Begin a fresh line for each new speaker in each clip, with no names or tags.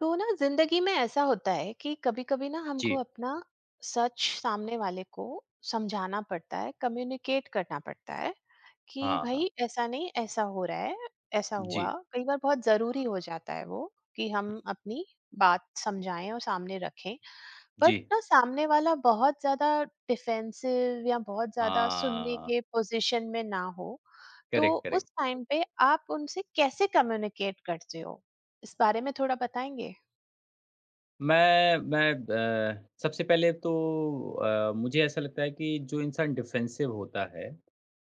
तो ना जिंदगी में ऐसा होता है कि कभी कभी ना हमको
जी,
अपना सच सामने वाले को समझाना पड़ता है, कम्युनिकेट करना पड़ता है कि
हाँ,
भाई
हाँ।
ऐसा नहीं, ऐसा हो रहा है। ऐसा
जी,
हुआ कई बार, बहुत जरूरी हो जाता है वो कि हम अपनी बात समझाएं और सामने रखें। बट
जी।
ना, सामने वाला बहुत ज्यादा डिफेंसिव या बहुत ज्यादा सुनने
हाँ,
के पोजीशन में ना हो तो
करेक्ट,
उस
करेक्ट।
टाइम पे आप उनसे कैसे कम्युनिकेट करते हो, इस बारे में थोड़ा बताएंगे।
मैं ब सबसे पहले तो मुझे ऐसा लगता है कि जो इंसान डिफेंसिव होता है,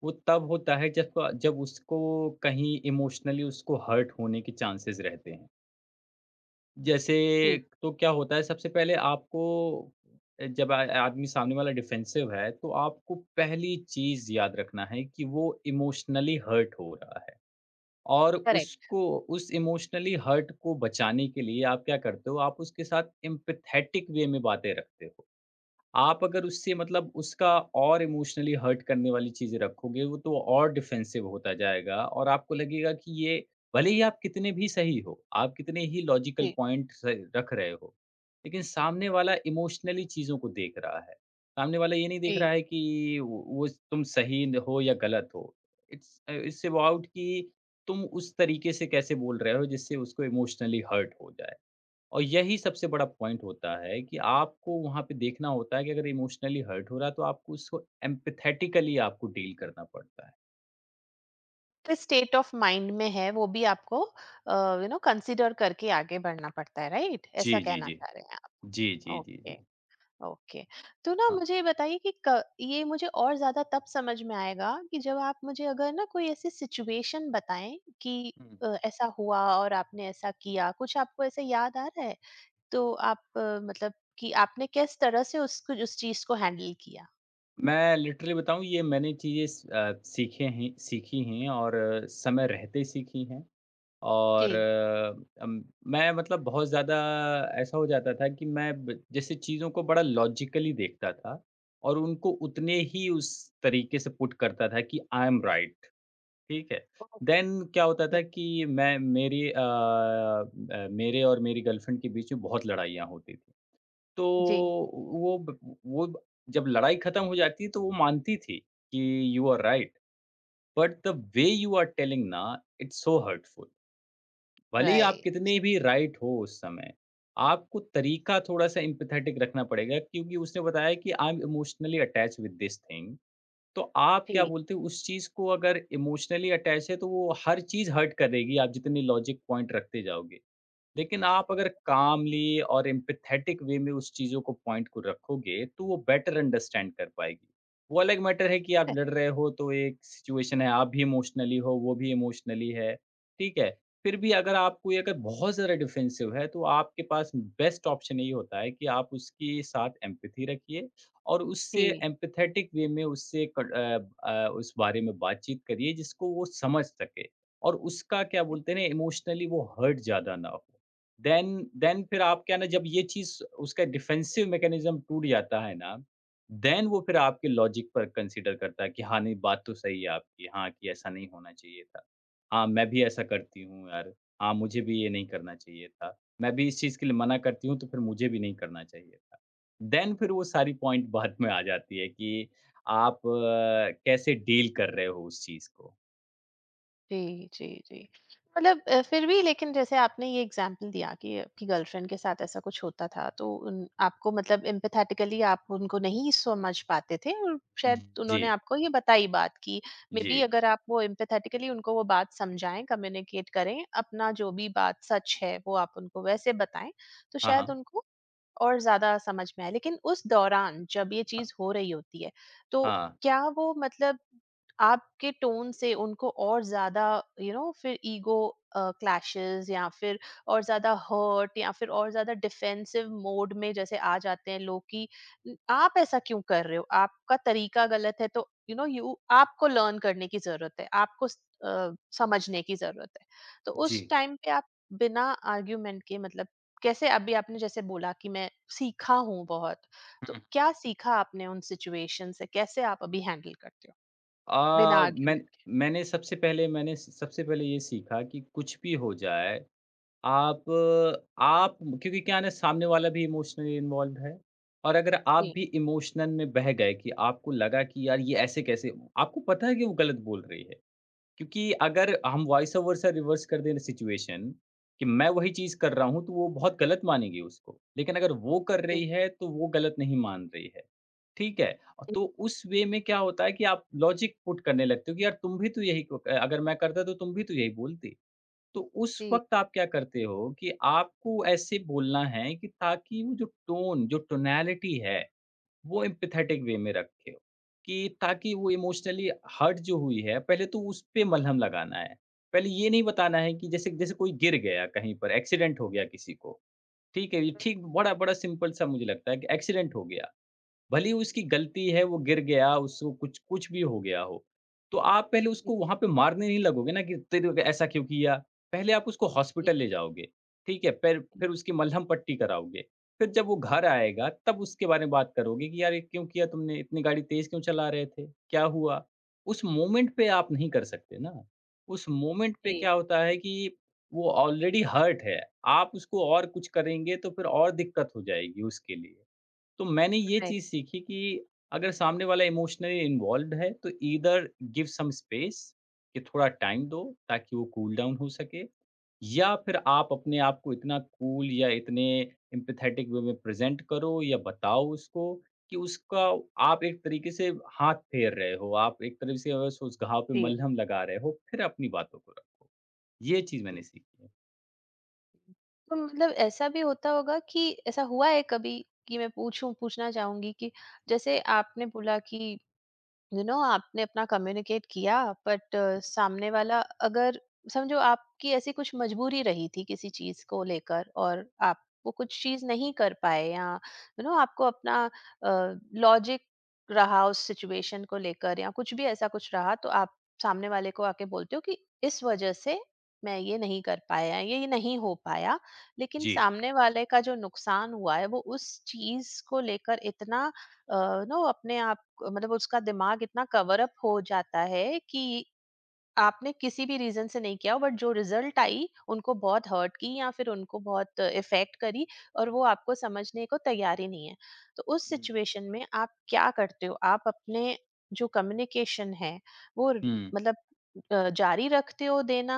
वो तब होता है जब जब उसको कहीं इमोशनली उसको हर्ट होने के चांसेस रहते हैं। जैसे
हुँ,
तो क्या होता है सबसे पहले आपको अ, जब आ आदमी सामने वाला डिफेंसिव है, तो आपको पहली चीज़ याद रखना है कि वो इमोशनली हर्ट हो रहा है। और
करेक्ट।
उसको उस इमोशनली हर्ट को बचाने के लिए आप क्या करते हो, आप उसके साथ एम्पैथेटिक वे में बातें रखते हो। आप अगर उससे मतलब उसका और इमोशनली हर्ट करने वाली चीज़ें रखोगे, वो तो और डिफेंसिव होता जाएगा और आपको लगेगा कि ये भले ही आप कितने भी सही हो, आप कितने ही लॉजिकल
जी,
पॉइंट स रख रहे हो, लेकिन सामने वाला इमोशनली चीज़ों को देख रहा है। सामने वाला ये नहीं देख
जी।
रहा है कि वो तुम सही न हो या गलत हो। इट्स अबाउट कि तुम उस तरीके से कैसे बोल रहे हो जिससे उसको इमोशनली हर्ट हो जाए। और यही सबसे बड़ा पॉइंट होता है कि आपको वहाँ पे देखना होता है कि अगर इमोशनली हर्ट हो रहा है तो आपको उसको एम्पैथेटिकली आपको डील करना पड़ता है।
किस स्टेट ऑफ माइंड में है वो भी आपको यू नो कंसीडर करके आगे बढ़ना पड़ता है, राइट?
जी,
ऐसा
जी,
कहना
जी।
चाह रहे हैं
जी,
आप।
जी, जी, जी।
Okay, okay. तो ना
हाँ।
मुझे ये बताइए कि क ये मुझे और ज़्यादा तब समझ में आएगा कि जब आप मुझे अगर ना कोई ऐसी सिचुएशन बताएँ कि
हुँ।
ऐसा हुआ और आपने ऐसा किया, कुछ आपको ऐसे याद आ रहा है? तो आप मतलब कि आपने किस तरह से उसको उस चीज़ को हैंडल किया?
मैं लिटरली बताऊँ ये मैंने चीज़ें सीखे हैं सीखी हैं और समय रहते सीखी हैं
जी।
और मैं मतलब बहुत ज़्यादा ऐसा हो जाता था कि मैं ब जैसे चीज़ों को बड़ा लॉजिकली देखता था और उनको उतने ही उस तरीके से पुट करता था कि आई एम राइट। ठीक है।
ओके।
देन क्या होता था कि मैं मेरी अ अ, मेरे और मेरी गर्लफ्रेंड के बीच में बहुत लड़ाइयाँ होती थी। तो
जी,
वो ब वो ब- जब लड़ाई खत्म हो जाती तो वो मानती थी कि you are right but the way you are telling ना इट्स सो हर्टफुल। भले ही आप
राइट।
कितने भी राइट हो उस समय, आपको तरीका थोड़ा-सा एम्पैथेटिक रखना पड़ेगा क्योंकि उसने बताया कि I am emotionally attached with this thing. तो आप क्या
जी।
बोलते हो उस चीज़ को अगर इमोशनली अटैच है तो वो हर चीज़ हर्ट करेगी, आप जितने लॉजिक पॉइंट रखते जाओगे। लेकिन आप अगर कामली और एम्पैथेटिक वे में उस चीज़ों को पॉइंट को रखोगे, तो वो बेटर अंडरस्टैंड कर पाएगी। वो अलग मैटर है कि आप लड़ रहे हो तो एक सिचुएशन है, आप भी इमोशनली हो, वो भी इमोशनली है, ठीक है? फिर भी अगर आप कोई अगर बहुत ज़्यादा डिफेंसिव है, तो आपके पास बेस्ट ऑप्शन यही होता है कि आप उसके साथ एम्पैथी रखिए और उससे
जी,
एम्पैथेटिक वे में उससे उस बारे में बातचीत करिए जिसको वो समझ सके और उसका क्या बोलते हैं ना इमोशनली वो हर्ट ज़्यादा ना हो। देन देन फिर आप क्या है ना जब ये चीज़ उसका डिफेंसिव मैकेनिज़्म टूट जाता है ना, देन वो फिर आपके लॉजिक पर कंसीडर करता है कि हाँ, नहीं बात तो सही है आपकी, हाँ, कि ऐसा नहीं होना चाहिए था। हाँ, मैं भी ऐसा करती हूँ यार, हाँ, मुझे भी ये नहीं करना चाहिए था। मैं भी इस चीज़ के लिए मना करती हूँ तो फिर मुझे भी नहीं करना चाहिए था। देन फिर वो सारी पॉइंट बात में आ जाती है कि आप कैसे डील कर रहे हो उस चीज़ को।
जी, जी, जी। मतलब फिर भी लेकिन जैसे आपने ये एग्ज़ाम्पल दिया कि आपकी गर्लफ्रेंड के साथ ऐसा कुछ होता था, तो उन आपको मतलब एम्पैथेटिकली आप उनको नहीं समझ पाते थे और शायद
जी,
उन्होंने आपको ये बताई बात कि
जी।
मेबी अगर आप वो एम्पैथेटिकली उनको वो बात समझाएँ, कम्युनिकेट करें, अपना जो भी बात सच है, वो आप उनको वैसे बताएँ, तो
हाँ,
शायद
हाँ।
उनको और ज़्यादा समझ में आए। लेकिन उस दौरान जब ये
अ,
चीज़ हो रही होती है, तो
हाँ,
क्या वो मतलब आपके टोन से उनको और ज़्यादा यू नो फिर ईगो क्लैशेस या फिर और ज़्यादा हर्ट या फिर और ज़्यादा डिफेंसिव मोड में जैसे आ जाते हैं लोग कि आप ऐसा क्यों कर रहे हो? आपका तरीका गलत है तो यू नो यू आपको लर्न करने की ज़रूरत है, आपको समझने की ज़रूरत है।" तो
जी।
उस टाइम पे आप बिना आर्ग्यूमेंट के मतलब कैसे, अभी आपने जैसे बोला कि मैं सीखा हूँ बहुत, तो
हुँ।
क्या सीखा आपने उन सिचुएशन से? कैसे आप अभी हैंडल करते हो
अ,
बिना
मैं
आर्ग्यूमेंट के?
मैंने सबसे पहले ये सीखा कि कुछ भी हो जाए, आप आप क्योंकि क्या है ना सामने वाला भी इमोशनली इन्वॉल्व्ड है और अगर आप
जी,
भी इमोशनल में बह गए कि आपको लगा कि यार ये ऐसे कैसे आपको पता है कि वो गलत बोल रही है। क्योंकि अगर हम वॉइस ओवर से रिवर्स कर दें सिचुएशन कि मैं वही चीज़ कर रहा हूँ, तो वो बहुत गलत मानेगी उसको। लेकिन अगर वो कर रही
जी,
है, तो वो गलत नहीं मान रही है। ठीक है,
जी,
तो उस वे में क्या होता है कि आप लॉजिक पुट करने लगते हो कि यार तुम भी तो यही को अगर मैं करता तो तुम भी तो यही बोलती। तो उस
जी,
वक़्त आप क्या करते हो कि आपको ऐसे बोलना है कि ताकि वो जो टोन, जो टोनैलिटी है, वो एम्पैथेटिक वे में रखे हो, कि ताकि वो इमोशनली हर्ट जो हुई है, पहले तो उस पे मलहम लगाना है। पहले ये नहीं बताना है कि जैसे जैसे कोई गिर गया कहीं पर, एक्सीडेंट हो गया किसी को, ठीक है? ये ठीक बड़ा-बड़ा सिंपल सा मुझे लगता है कि एक्सीडेंट हो गया। भले ही उसकी गलती है, वो गिर गया, उसको कुछ कुछ भी हो गया हो, तो आप पहले उसको वहाँ पे मारने नहीं लगोगे ना कि तेरे को ऐसा क्यों किया? पहले आप उसको
जी,
हॉस्पिटल
जी,
ले जाओगे, ठीक है? फिर उसकी मलहम पट्टी कराओगे, फिर जब वो घर आएगा तब उसके बारे में बात करोगे कि यार ये क्यों किया तुमने? इतनी गाड़ी तेज़ क्यों चला रहे थे? क्या हुआ? उस मोमेंट पे आप नहीं कर सकते ना। उस मोमेंट पे क्या होता है कि वो ऑलरेडी हर्ट है, आप उसको और कुछ करेंगे तो फिर और दिक्कत हो जाएगी उसके लिए। तो मैंने ये
right,
चीज़ सीखी कि अगर सामने वाला इमोशनली इन्वॉल्व्ड है तो ईदर गिव सम स्पेस कि थोड़ा टाइम दो ताकि वो कूल डाउन हो सके या फिर आप अपने आप को इतना कूल या इतने एम्पैथेटिक वे में प्रेजेंट करो या बताओ उसको कि उसका आप एक तरीके से हाथ फेर रहे हो आप एक तरीके से बस उस घाव पे
जी, राइट,
मलहम लगा रहे हो फिर अपनी बातों को रखो ये चीज़
जी,
मैंने
जी।
सीखी है।
तो मतलब ऐसा भी होता होगा कि ऐसा हुआ है कभी कि मैं पूछूँ पूछना चाहूँगी कि जैसे आपने बोला कि यू नो आपने अपना कम्युनिकेट किया, बट सामने वाला अगर समझो आपकी ऐसी कुछ मजबूरी रही थी किसी चीज को लेकर और आप वो कुछ चीज नहीं कर पाए या यू नो आपको अपना लॉजिक रहा उस सिचुएशन को लेकर या कुछ भी ऐसा कुछ रहा, तो आप सामने वाले को आके बोलते हो कि इस वजह से मैं ये नहीं कर पाया, ये नहीं हो पाया, लेकिन
जी।
सामने वाले का जो नुकसान हुआ है वो उस चीज को लेकर इतना नो अपने आप मतलब उसका दिमाग इतना कवर अप हो जाता है कि आपने किसी भी रीजन से नहीं किया हो बट जो रिजल्ट आई उनको बहुत हर्ट की या फिर उनको बहुत इफेक्ट करी और वो आपको समझने को तैयार ही नहीं है, तो उस
हम्म,
सिचुएशन में आप क्या करते हो? आप अपने जो कम्युनिकेशन है वो र-
हम्म।
मतलब अ, जारी रखते हो देना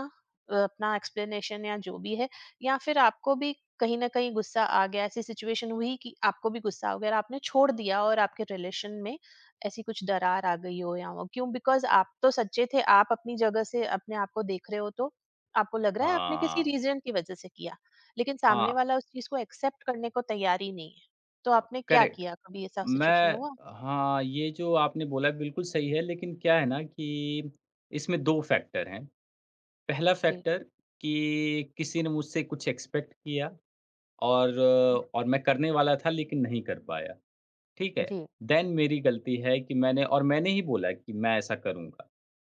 अपना एक्सप्लेनेशन या जो भी है, या फिर आपको भी कहीं ना कहीं गुस्सा आ गया, ऐसी सिचुएशन हुई कि आपको भी गुस्सा हो गया और आपने छोड़ दिया और आपके रिलेशन में ऐसी कुछ दरार आ गई हो, या वो क्यों बिकॉज़ आप तो सच्चे थे, आप अपनी जगह से अपने आप को देख रहे हो तो आपको लग रहा है आपने किसी
हाँ,
रीज़न की वज़ह से किया, लेकिन सामने
हाँ।
वाला उस चीज़ को एक्सेप्ट करने को तैयार ही नहीं है। तो आपने क्या
करेक्ट।
किया? कभी ऐसा सिचुएशन
मैं
हुआ?
हाँ, ये जो आपने बोला बिल्कुल सही है, लेकिन क्या है ना कि इसमें 2 फैक्टर हैं। पहला
जी।
फैक्टर कि किसी ने मुझसे कुछ एक्सपेक्ट किया और
हुँ।
मैं करने वाला था लेकिन नहीं कर पाया, ठीक है?
जी,
देन मेरी गलती है कि मैंने और मैंने ही बोला कि मैं ऐसा करूँगा।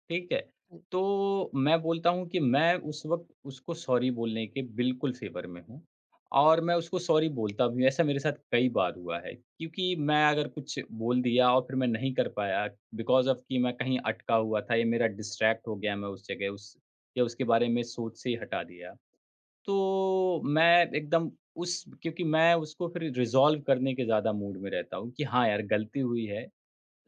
ठीक है?
जी।
तो मैं बोलता हूँ कि मैं उस वक़्त उसको सॉरी बोलने के बिल्कुल फ़ेवर में हूँ और मैं उसको सॉरी बोलता भी हूँ। ऐसा मेरे साथ कई बार हुआ है क्योंकि मैं अगर कुछ बोल दिया और फिर मैं नहीं कर पाया बिकॉज़ ऑफ़ कि मैं कहीं अटका हुआ था या मेरा डिस्ट्रैक्ट हो गया मैं उस जगह उस या उसके बारे में सोच से ही हटा दिया। तो मैं एकदम उस क्योंकि मैं उसको फिर रिज़ॉल्व करने के ज़्यादा मूड में रहता हूँ कि हाँ यार, गलती हुई है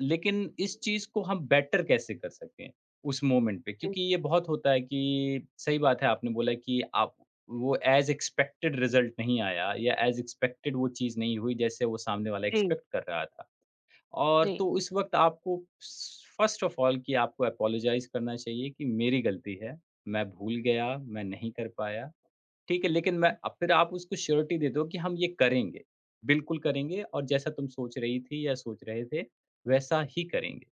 लेकिन इस चीज़ को हम बेटर कैसे कर सकें, उस मोमेंट पे?
जी,
क्योंकि ये बहुत होता है कि सही बात है आपने बोला कि आप वो एज़ एक्सपेक्टेड रिज़ल्ट नहीं आया या एज़ एक्सपेक्टेड वो चीज़ नहीं हुई जैसे वो सामने वाला
जी,
एक्सपेक्ट कर रहा था। और
जी।
तो इस वक़्त आपको स फ़र्स्ट ऑफ़ ऑल कि आपको एपोलोजाइज़ करना चाहिए कि मेरी गलती है, मैं भूल गया, मैं नहीं कर पाया, ठीक है? लेकिन मैं अब फिर आप उसको श्योरिटी दे दो कि हम ये करेंगे, बिल्कुल करेंगे और जैसा तुम सोच रही थी या सोच रहे थे, वैसा ही करेंगे।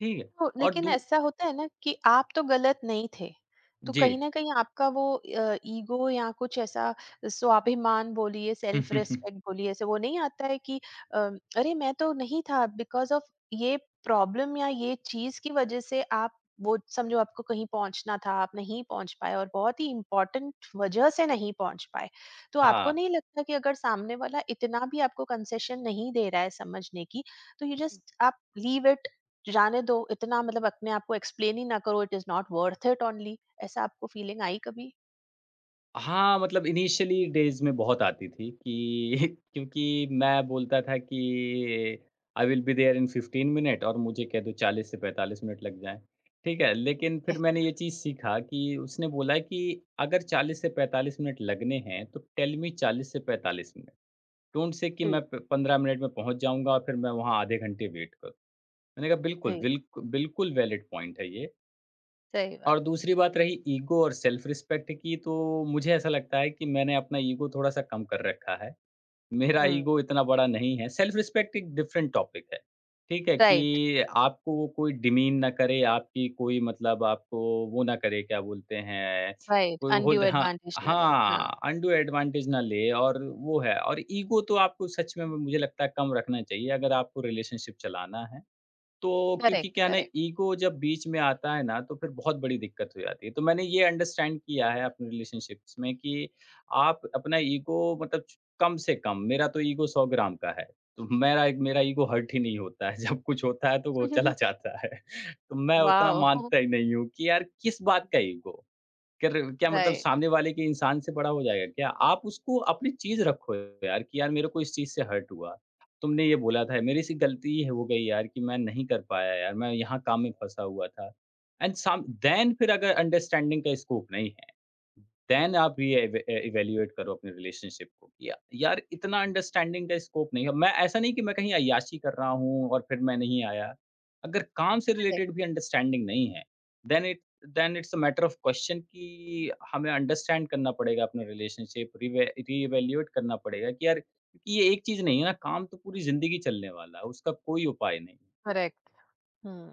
ठीक है।
तो
और
लेकिन
दू
ऐसा होता है ना कि आप तो गलत नहीं थे, तो
जी।
कहीं न कहीं आपका वो ईगो या कुछ ऐसा, स्वाभिमान बोलिए, सेल्फ रिस्पेक्ट बोलिए, ऐसे वो नहीं आता है कि अ, अरे मैं तो नहीं था बिकॉज़ ऑफ ये प्रॉब्लम या ये चीज़ की वजह से। आप वो समझो आपको कहीं पहुँचना था, आप नहीं पहुँच पाए और बहुत ही इम्पोर्टेंट वजह से नहीं पहुँच पाए। तो आपको
हाँ।
नहीं लगता कि अगर सामने वाला इतना भी आपको कंसेशन नहीं दे रहा है समझने की, तो यू जस्ट आप लीव इट, जाने दो इतना, मतलब अपने आप को एक्सप्लेन ही ना करो, it is not worth it only, ऐसा आपको फीलिंग आई कभी?
हाँ, मतलब इनिशियली डेज़ में बहुत आती थी कि क्योंकि मैं बोलता था कि I will be there in 15 minute और मुझे कह दो 40 से 45 मिनट लग जाएँ। ठीक है, लेकिन फिर मैंने ये चीज़ सीखा कि उसने बोला है कि अगर 40 से 45 मिनट लगने हैं तो टेल मी 40 से 45 मिनट। डोंट से कि
जी,
मैं प 15 मिनट में पहुँच जाऊँगा और फिर मैं वहाँ आधे घंटे वेट करूँ। मैंने कहा बिल्कुल,
जी,
बिल्कुल वैलिड पॉइंट है ये।
सही बात।
और दूसरी बात रही ईगो और सेल्फ रिस्पेक्ट की, तो मुझे ऐसा लगता है कि मैंने अपना ईगो थोड़ा-सा कम कर रखा है। मेरा
हम्म।
ईगो इतना बड़ा नहीं है, सेल्फ रिस्पेक्ट एक डिफरेंट टॉपिक है, ठीक है?
राइट,
कि आपको वो कोई डिमीन ना करे, आपकी कोई मतलब आपको वो ना करे, क्या बोलते हैं,
राइट,
कोई
अनड्यू
होल्ड हाँ,
एडवांटेज ना लें, हाँ।
हाँ, अनडू एडवांटेज ना ले और वो है और ईगो तो आपको सच में मुझे लगता है कम रखना चाहिए अगर आपको रिलेशनशिप चलाना है। तो क्योंकि
करेक्ट,
क्या है ना
करेक्ट।
ईगो जब बीच में आता है ना तो फिर बहुत बड़ी दिक्कत हो जाती है। तो मैंने ये अंडरस्टैंड किया है अपने रिलेशनशिप्स में कि आप अपना ईगो मतलब कम से कम मेरा तो ईगो 100 ग्राम का है। तो मेरा मेरा ईगो हर्ट ही नहीं होता है। जब कुछ होता है तो वो चला जाता है। तो मैं उतना
वाओ।
मानता ही नहीं हूँ कि यार किस बात का ईगो? क्या मतलब
राइट।
सामने वाले के इंसान से बड़ा हो जाएगा क्या? आप उसको अपनी चीज़ रखो यार कि यार मेरे को इस चीज़ से हर्ट हुआ। तुमने ये बोला था, मेरी से गलती है हो गई यार कि मैं नहीं कर पाया यार, मैं यहाँ काम में फँसा हुआ था। एंड सम देन फिर अगर अंडरस्टैंडिंग का स्कोप नहीं है। देन आप ये इवैल्यूएट करो अपने रिलेशनशिप को कि या यार इतना अंडरस्टैंडिंग का स्कोप नहीं है। मैं ऐसा नहीं कि मैं कहीं अय्याशी कर रहा हूँ और फिर मैं नहीं आया। अगर काम से रिलेटेड
करेक्ट,
भी अंडरस्टैंडिंग नहीं है, then it then it's a matter of question कि हमें अंडरस्टैंड करना पड़ेगा अपना रिलेशनशिप रिवै रीइवैल्यूएट करना पड़ेगा कि यार क्योंकि ये एक चीज़ नहीं है ना, काम तो पूरी ज़िंदगी चलने वाला है, उसका कोई उपाय नहीं है।
करेक्ट। हम्म।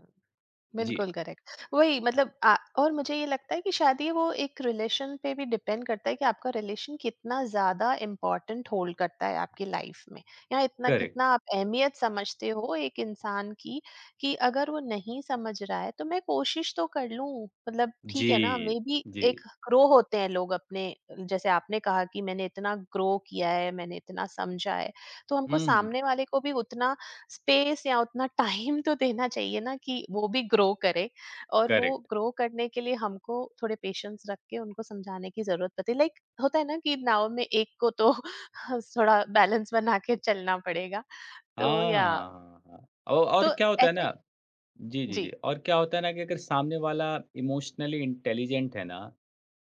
जी,
बिल्कुल करेक्ट। वही मतलब और मुझे ये लगता है कि शायद ये वो एक रिलेशन पे भी डिपेंड करता है कि आपका रिलेशन कितना ज़्यादा इम्पोर्टेंट होल्ड करता है आपकी लाइफ में, या इतना
करेक्ट।
कितना आप अहमियत समझते हो एक इंसान की, कि अगर वो नहीं समझ रहा है तो मैं कोशिश तो कर लूँ। मतलब ठीक
जी,
है ना, मे बी
जी।
एक ग्रो होते हैं लोग अपने, जैसे आपने कहा कि मैंने इतना ग्रो किया है, मैंने इतना समझा है, तो हमको
हुँ, हुँ।
सामने वाले को भी उतना स्पेस या उतना टाइम तो देना चाहिए ना कि वो भी ग्रो करे, और वो
करेक्ट।
ग्रो करने के लिए हमको थोड़े पेशेंस रख के उनको समझाने की जरूरत पड़ती है। लाइक होता है ना कि नाव में एक को तो थोड़ा बैलेंस बना के चलना पड़ेगा। तो
हाँ,
या
हाँ, हाँ। औ और
तो
क्या होता है
ऐसे।
ना, जी, जी,
जी,
जी, और क्या होता है ना कि अगर सामने वाला इमोशनली इंटेलिजेंट है ना,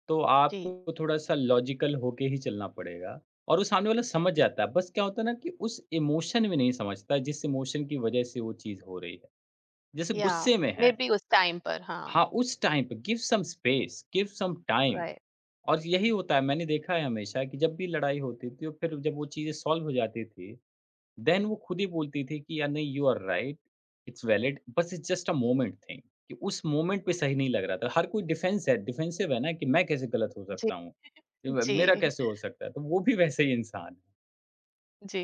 तो
जी,
आपको थोड़ा-सा लॉजिकल होके ही चलना पड़ेगा और वो सामने वाला समझ
जी,
जाता है। बस क्या होता है ना कि उस इमोशन में नहीं समझता जिस इमोशन की वजह से वो चीज़ हो रही है। जैसे
या
गुस्से में है,
मे बी उस टाइम पर, हाँ।
हाँ, उस टाइम पे give some space, give some time.
Right.
और यही होता है मैंने देखा है हमेशा कि जब भी लड़ाई होती थी और फिर जब वो चीज़ें सॉल्व हो जाती थी, देन वो खुद ही बोलती थी कि यार नहीं you are right, it's valid बस it's just a moment thing कि उस मोमेंट पे सही नहीं लग रहा था। हर कोई डिफेंसिव है ना कि मैं कैसे गलत हो
जी।
सकता हूँ?
जी,
मेरा कैसे हो सकता है? तो वो भी वैसे ही इंसान है।
जी।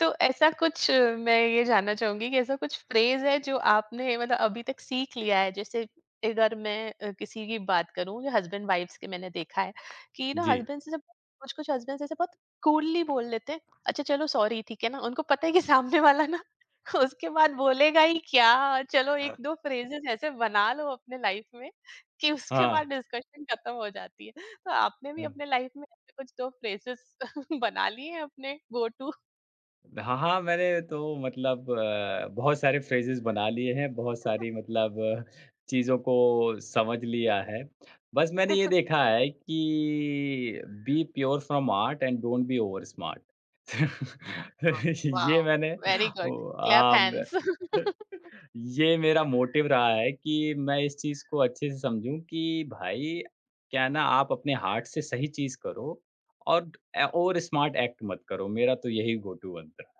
तो ऐसा कुछ मैं ये जानना चाहूँगी कि ऐसा कुछ फ्रेज़ है जो आपने मतलब अभी तक सीख लिया है? जैसे अगर मैं किसी की बात करूँ या हस्बैंड वाइफ़्स के, मैंने देखा है कि ना
जी।
हस्बैंड से जब कुछ-कुछ हस्बैंड्स ऐसे बहुत कूलली बोल लेते हैं, "अच्छा चलो सॉरी, ठीक है ना?" उनको पता है कि सामने वाला ना उसके बाद बोलेगा ही क्या? चलो
अ
1-2 फ्रेज़ेज़ ऐसे बना लो अपने लाइफ़ में कि उसके
हाँ।
बाद डिस्कशन खत्म हो जाती है। तो आपने भी अपने लाइफ़ में ऐसे कुछ 2 फ्रेज़ेज़ बना लिए हैं अपने गो टू।
हाँ, हाँ, मैंने तो मतलब बहुत सारे फ्रेजेज़ बना लिए हैं, बहुत सारी मतलब चीज़ों को समझ लिया है। बस मैंने ये देखा है कि be pure from art and don't be over smart.
हाँ,
ये
वाओ!
मैंने
very
oh
good, clap
um
hands.
ये मेरा मोटिव रहा है कि मैं इस चीज़ को अच्छे से समझूँ कि भाई क्या है ना आप अपने हार्ट से सही चीज़ करो और ओवर स्मार्ट एक्ट मत करो। मेरा तो यही गो टू मंत्र है।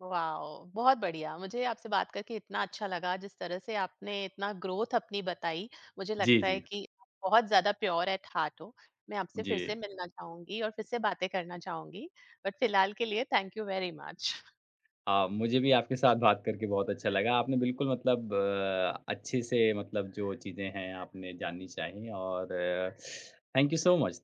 वाओ! बहुत बढ़िया, मुझे आपसे बात करके इतना अच्छा लगा, जिस तरह से आपने इतना ग्रोथ अपनी बताई, मुझे
जी,
लगता है
जी।
कि आप बहुत ज़्यादा प्योर एट हार्ट हो। मैं आपसे
जी।
फिर से मिलना चाहूँगी और फिर से बातें करना चाहूँगी, बट फिलहाल के लिए थैंक यू वेरी मच।
मुझे भी आपके साथ बात करके बहुत अच्छा लगा। आपने बिल्कुल मतलब अच्छे से मतलब जो चीज़ें हैं आपने जाननी चाहिए और थैंक यू सो मच।